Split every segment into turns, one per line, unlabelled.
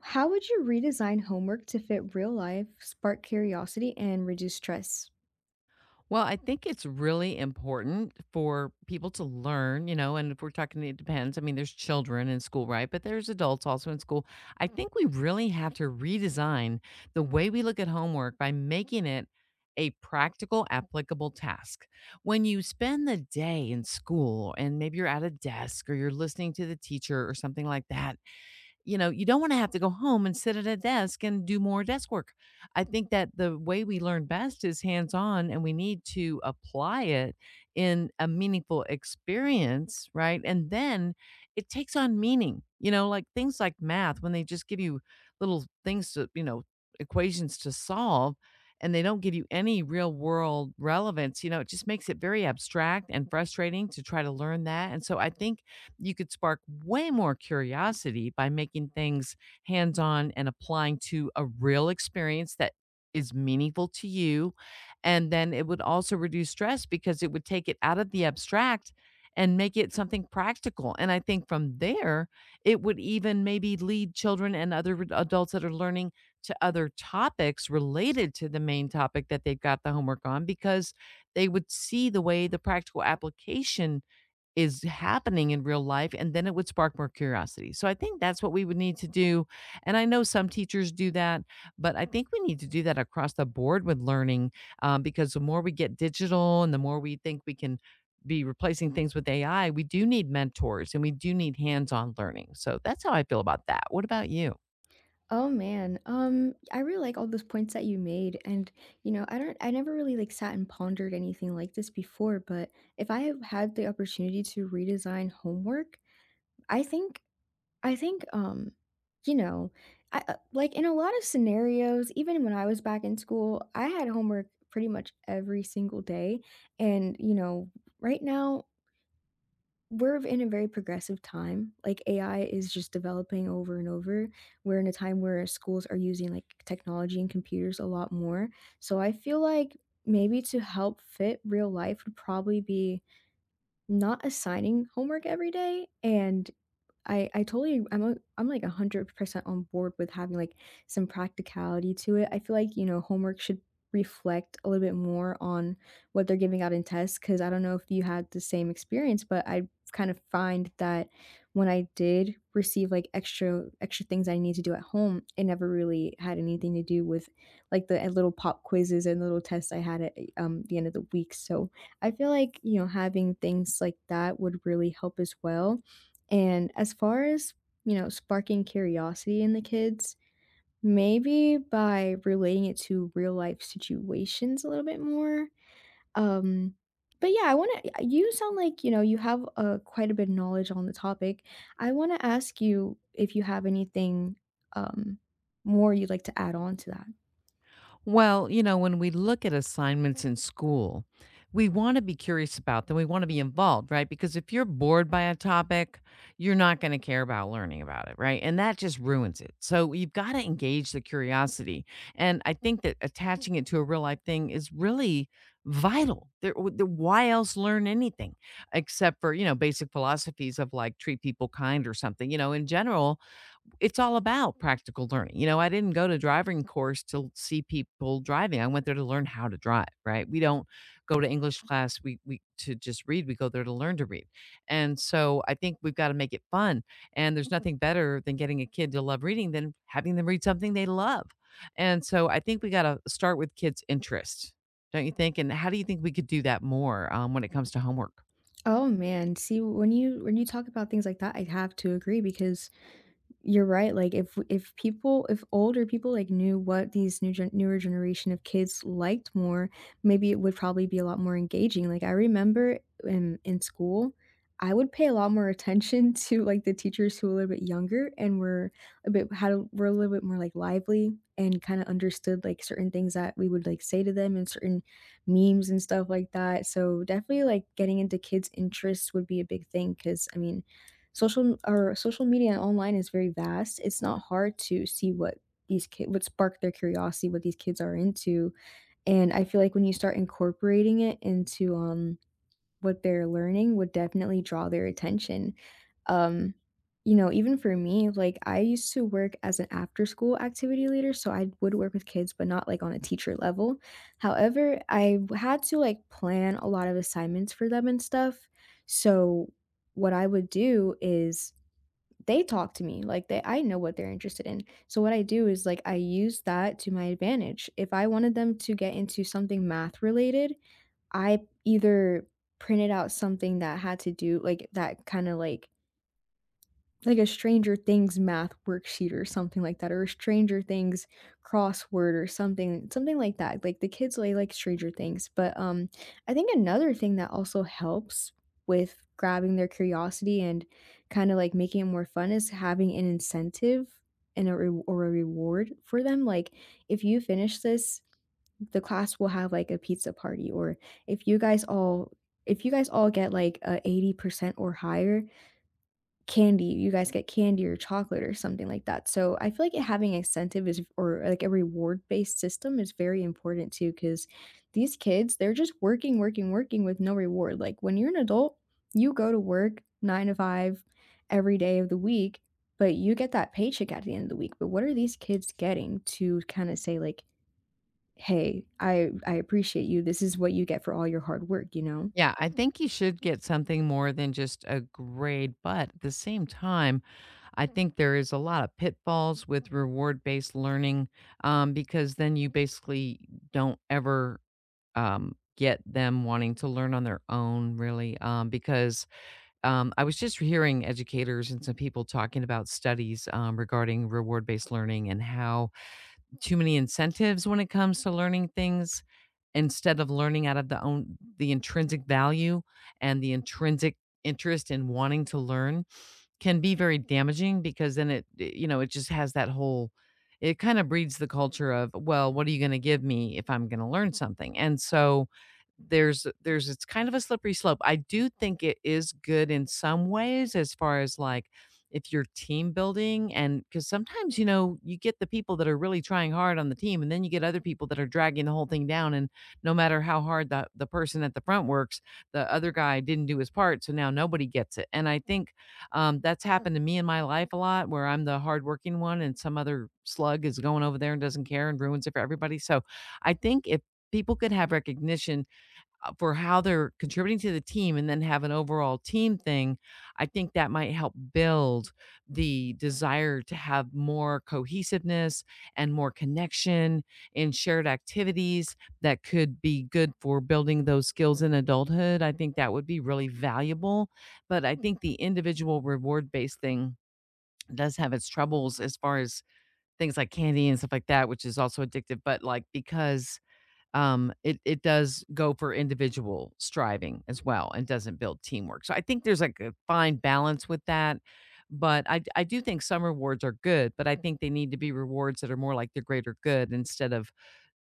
How would you redesign homework to fit real life, spark curiosity, and reduce stress?
Well, I think it's really important for people to learn, you know, and if we're talking, it depends. I mean, there's children in school, right? But there's adults also in school. I think we really have to redesign the way we look at homework by making it a practical, applicable task. When you spend the day in school and maybe you're at a desk or you're listening to the teacher or something like that, you know, you don't want to have to go home and sit at a desk and do more desk work. I think that the way we learn best is hands on and we need to apply it in a meaningful experience, right? And then it takes on meaning, you know, like things like math, when they just give you little things to, you know, equations to solve and they don't give you any real world relevance, you know, it just makes it very abstract and frustrating to try to learn that. And so I think you could spark way more curiosity by making things hands on and applying to a real experience that is meaningful to you. And then it would also reduce stress because it would take it out of the abstract and make it something practical. And I think from there, it would even maybe lead children and other adults that are learning to other topics related to the main topic that they've got the homework on because they would see the way the practical application is happening in real life and then it would spark more curiosity. So I think that's what we would need to do. And I know some teachers do that, but I think we need to do that across the board with learning because the more we get digital and the more we think we can be replacing things with AI, we do need mentors and we do need hands on learning. So that's how I feel about that. What about you?
Oh man, I really like all those points that you made, and I never really like sat and pondered anything like this before. But if I have had the opportunity to redesign homework, I think, I think, um, you know, I like in a lot of scenarios, even when I was back in school, I had homework pretty much every single day, and right now we're in a very progressive time. Like AI is just developing over and over. We're in a time where schools are using like technology and computers a lot more. So I feel like maybe to help fit real life would probably be not assigning homework every day, and I totally I'm a, I'm like 100% on board with having like some practicality to it. I feel like, you know, homework should reflect a little bit more on what they're giving out in tests, cuz I don't know if you had the same experience, but I kind of find that when I did receive like extra things I need to do at home, it never really had anything to do with like the little pop quizzes and little tests I had at the end of the week. So, I feel like, you know, having things like that would really help as well, and as far as, you know, sparking curiosity in the kids, maybe by relating it to real life situations a little bit more. Um, but yeah, you sound like, you know, you have quite a bit of knowledge on the topic. I want to ask you if you have anything um, more you'd like to add on to that.
Well, you know, when we look at assignments in school, we want to be curious about them. We want to be involved, right? Because if you're bored by a topic, you're not going to care about learning about it, right? And that just ruins it. So you've got to engage the curiosity. And I think that attaching it to a real life thing is really vital. Why else learn anything except for, you know, basic philosophies of like treat people kind or something? You know, in general, it's all about practical learning. You know, I didn't go to driving course to see people driving. I went there to learn how to drive, right? We don't go to English class we to just read. We go there to learn to read. And so I think we've got to make it fun. And there's nothing better than getting a kid to love reading than having them read something they love. And so I think we got to start with kids' interest, don't you think? And how do you think we could do that more when it comes to homework?
Oh man, see when you talk about things like that, I have to agree because you're right, like, if older people, like, knew what these newer generation of kids liked more, maybe it would probably be a lot more engaging. Like, I remember in school, I would pay a lot more attention to, like, the teachers who were a little bit younger and were a bit had a were a little bit more, like, lively, and kinda understood, like, certain things that we would, like, say to them, and certain memes and stuff like that. So definitely, like, getting into kids' interests would be a big thing. Cause I mean, social media and online is very vast. It's not hard to see what these kid what sparked their curiosity, what these kids are into, and I feel like when you start incorporating it into, what they're learning would definitely draw their attention. Um, you know, even for me, like, I used to work as an after-school activity leader, so I would work with kids, but not, like, on a teacher level. However, had to, like, plan a lot of assignments for them and stuff, so what I would do is they talk to me like they I know what they're interested in, so what I do is like I use that to my advantage. If I wanted them to get into something math related, I either printed out something that had to do like that kind of like a Stranger Things math worksheet or something like that, or a Stranger Things crossword or something, something like that. Like the kids, they like Stranger Things. But I think another thing that also helps with grabbing their curiosity and kind of like making it more fun is having an incentive and a re- or a reward for them. Like if you finish this, the class will have like a pizza party, or if you guys all if you guys all get like a 80% or higher, candy, you guys get candy or chocolate or something like that. So I feel like having incentive, is or like a reward based system, is very important too, because these kids, they're just working, working, working with no reward. Like when you're an adult, you go to work 9 to 5 every day of the week, but you get that paycheck at the end of the week. But what are these kids getting to kind of say like, hey, I appreciate you. This is what you get for all your hard work, you know?
Yeah, I think you should get something more than just a grade, but at the same time, I think there is a lot of pitfalls with reward based learning because then you basically don't ever get them wanting to learn on their own, really. Because I was just hearing educators and some people talking about studies regarding reward based learning and how too many incentives when it comes to learning things instead of learning out of the own the intrinsic value and the intrinsic interest in wanting to learn can be very damaging because then it you know, it just has that whole it kinda breeds the culture of, "Well, what are you gonna give me if I'm gonna learn something?" And so, there's it's kind of a slippery slope. I do think it is good in some ways as far as, like, if you're team building and because sometimes, you know, you get the people that are really trying hard on the team, and then you get other people that are dragging the whole thing down, and no matter how hard the person at the front works, the other guy didn't do his part, so now nobody gets it. And I think that's happened to me in my life a lot where I'm the hardworking one and some other slug is going over there and doesn't care and ruins it for everybody. So I think if people could have recognition for how they're contributing to the team and then have an overall team thing, I think that might help build the desire to have more cohesiveness and more connection in shared activities that could be good for building those skills in adulthood. I think that would be really valuable. But I think the individual reward based thing does have its troubles as far as things like candy and stuff like that, which is also addictive, but like because it does go for individual striving as well and doesn't build teamwork. So I think there's like a fine balance with that. But I do think some rewards are good, but I think they need to be rewards that are more like the greater good instead of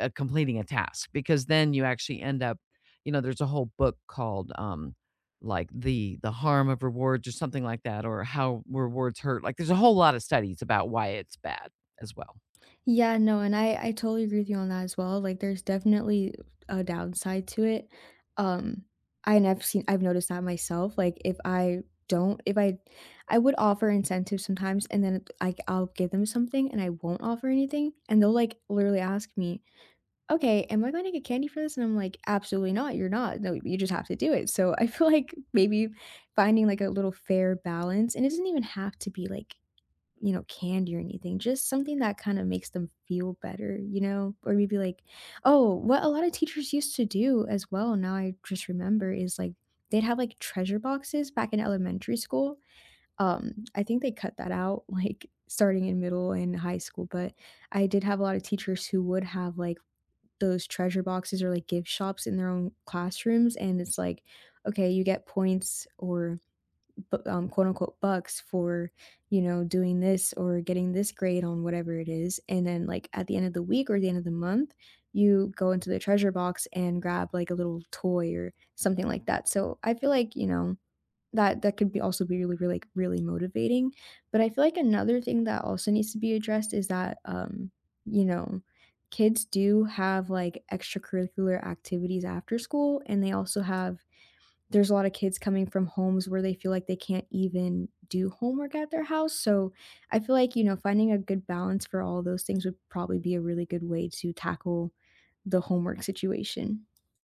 completing a task, because then you actually end up, you know, there's a whole book called like the harm of rewards or something like that, or how rewards hurt. Like there's a whole lot of studies about why it's bad as well.
Yeah, no, and I totally agree with you on that as well. Like there's definitely a downside to it. Um I've seen, I've noticed that myself. Like if I, I would offer incentives sometimes, and then like I'll give them something and I won't offer anything, and they'll like literally ask me, "Okay, am I going to get candy for this?" And I'm like, "Absolutely not. You're not. No, you just have to do it." So I feel like maybe finding like a little fair balance, and it doesn't even have to be like, you know, candy or anything, just something that kind of makes them feel better, you know? Or maybe like, oh, what a lot of teachers used to do as well, now I just remember, is like they'd have like treasure boxes back in elementary school. I think they cut that out like starting in middle and high school, but I did have a lot of teachers who would have like those treasure boxes or like gift shops in their own classrooms. And it's like, okay, you get points or quote unquote bucks for, you know, doing this or getting this grade on whatever it is, and then like at the end of the week or the end of the month you go into the treasure box and grab like a little toy or something like that. So I feel like, you know, that could be also be really really, like, really motivating. But I feel like another thing that also needs to be addressed is that you know kids do have like extracurricular activities after school, and they also have, there's a lot of kids coming from homes where they feel like they can't even do homework at their house. So I feel like, you know, finding a good balance for all those things would probably be a really good way to tackle the homework situation.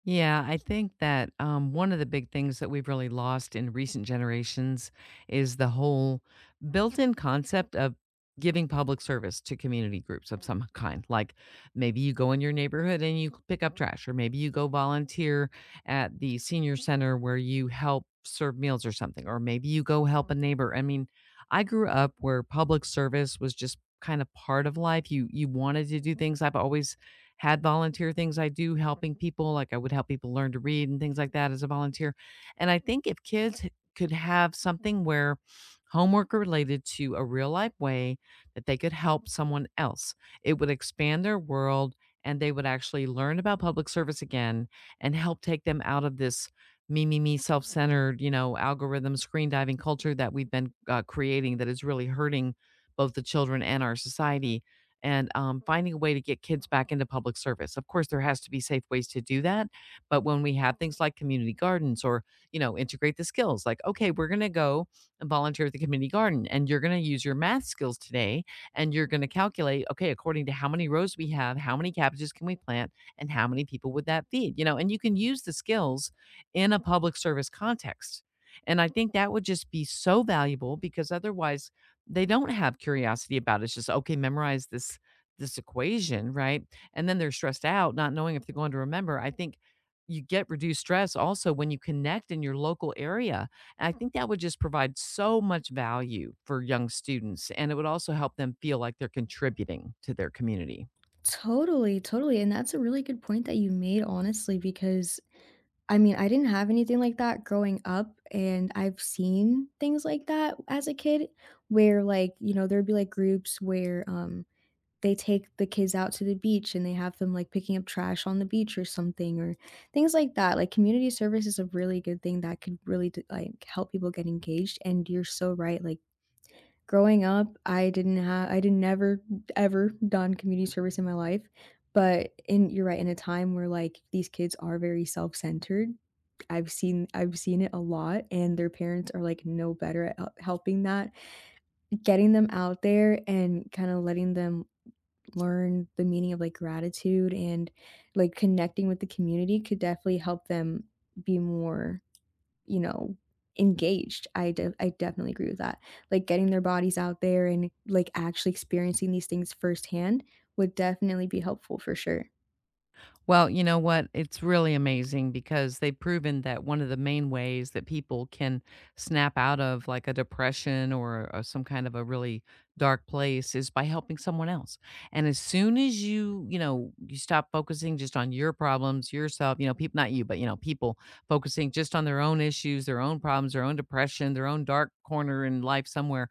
Yeah, I think that one of the big things that we've really lost in recent generations is the whole built in concept of giving public service to community groups of some kind. Like maybe you go in your neighborhood and you pick up trash, or maybe you go volunteer at the senior center where you help serve meals or something, or maybe you go help a neighbor. I mean, I grew up where public service was just kind of part of life. You wanted to do things. I've always had volunteer things I do helping people, like I would help people learn to read and things like that as a volunteer. And I think if kids could have something where homework related to a real life way that they could help someone else, it would expand their world and they would actually learn about public service again and help take them out of this me, me, me, self centered, you know, algorithm screen diving culture that we've been creating that is really hurting both the children and our society and finding a way to get kids back into public service. Of course, there has to be safe ways to do that. But when we have things like community gardens or, you know, integrate the skills, like, okay, we're going to go and volunteer at the community garden and you're going to use your math skills today and you're going to calculate, okay, according to how many rows we have, how many cabbages can we plant and how many people would that feed, you know, and you can use the skills in a public service context. And I think that would just be so valuable because otherwise, they don't have curiosity about it. It's just, "Okay, memorize this equation," right? And then they're stressed out, not knowing if they're going to remember. I think you get reduced stress also when you connect in your local area, and I think that would just provide so much value for young students, and it would also help them feel like they're contributing to their community.
Totally, totally. And that's a really good point that you made, honestly, because I mean, I didn't have anything like that growing up. And I've seen things like that as a kid where, like, you know, there'd be like groups where, they take the kids out to the beach and they have them, like, picking up trash on the beach or something, or things like that. Like, community service is a really good thing that could really d like, help people get engaged, and you're so right, like, growing up, I didn't never ever done community service in my life, but in you're right, in a time where, like, these kids are very self-centered, I've seen it a lot, and their parents are, like, no better at helping that. Getting them out there and kinda letting them learn the meaning of like gratitude and like connecting with the community could definitely help them be more, you know, engaged. I definitely agree with that. Like getting their bodies out there and like actually experiencing these things firsthand would definitely be helpful for sure.
Well, you know what? It's really amazing because they've proven that one of the main ways that people can snap out of like a depression or some kind of a really dark place is by helping someone else. And as soon as you, you know, you stop focusing just on your problems, yourself, you know, people, not you, but, you know, people focusing just on their own issues, their own problems, their own depression, their own dark corner in life somewhere,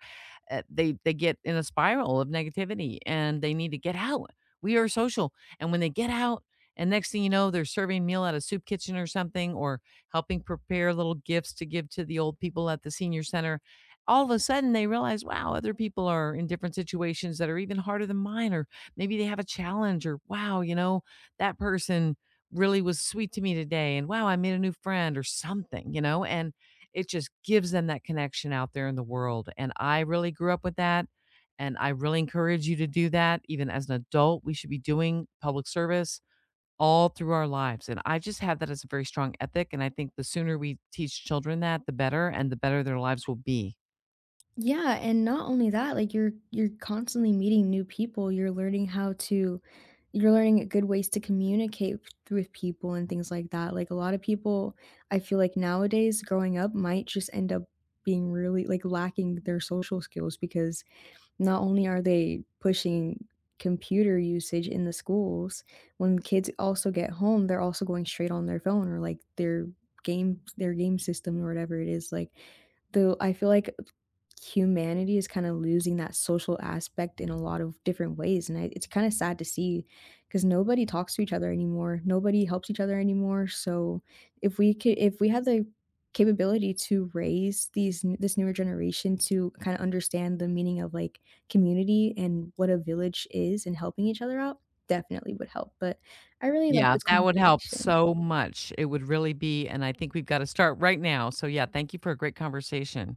they get in a spiral of negativity and they need to get out. We are social. And when they get out, and next thing you know, they're serving meal at a soup kitchen or something, or helping prepare little gifts to give to the old people at the senior center. All of a sudden, they realize, wow, other people are in different situations that are even harder than mine, or maybe they have a challenge, or wow, you know, that person really was sweet to me today, and wow, I made a new friend, or something, you know, and it just gives them that connection out there in the world. And I really grew up with that. And I really encourage you to do that. Even as an adult, we should be doing public service all through our lives. And I just have that as a very strong ethic, and I think the sooner we teach children that, the better, and the better their lives will be.
Yeah, and not only that, like you're constantly meeting new people, you're learning how to, you're learning good ways to communicate with people and things like that. Like a lot of people, I feel like nowadays growing up might just end up being really like lacking their social skills, because not only are they pushing computer usage in the schools, when kids also get home, they're also going straight on their phone or, like, their game system or whatever it is. Like, though I feel like humanity is kinda losing that social aspect in a lot of different ways, and I it's kinda sad to see because nobody talks to each other anymore, nobody helps each other anymore. So if we had the capability to raise this newer generation to kinda understand the meaning of, like, community and what a village is and helping each other out, definitely would help. But I really like
Yeah,
this
that would help
conversation.
so much. It would really be, and I think we've got to start right now. So yeah, thank you for a great conversation.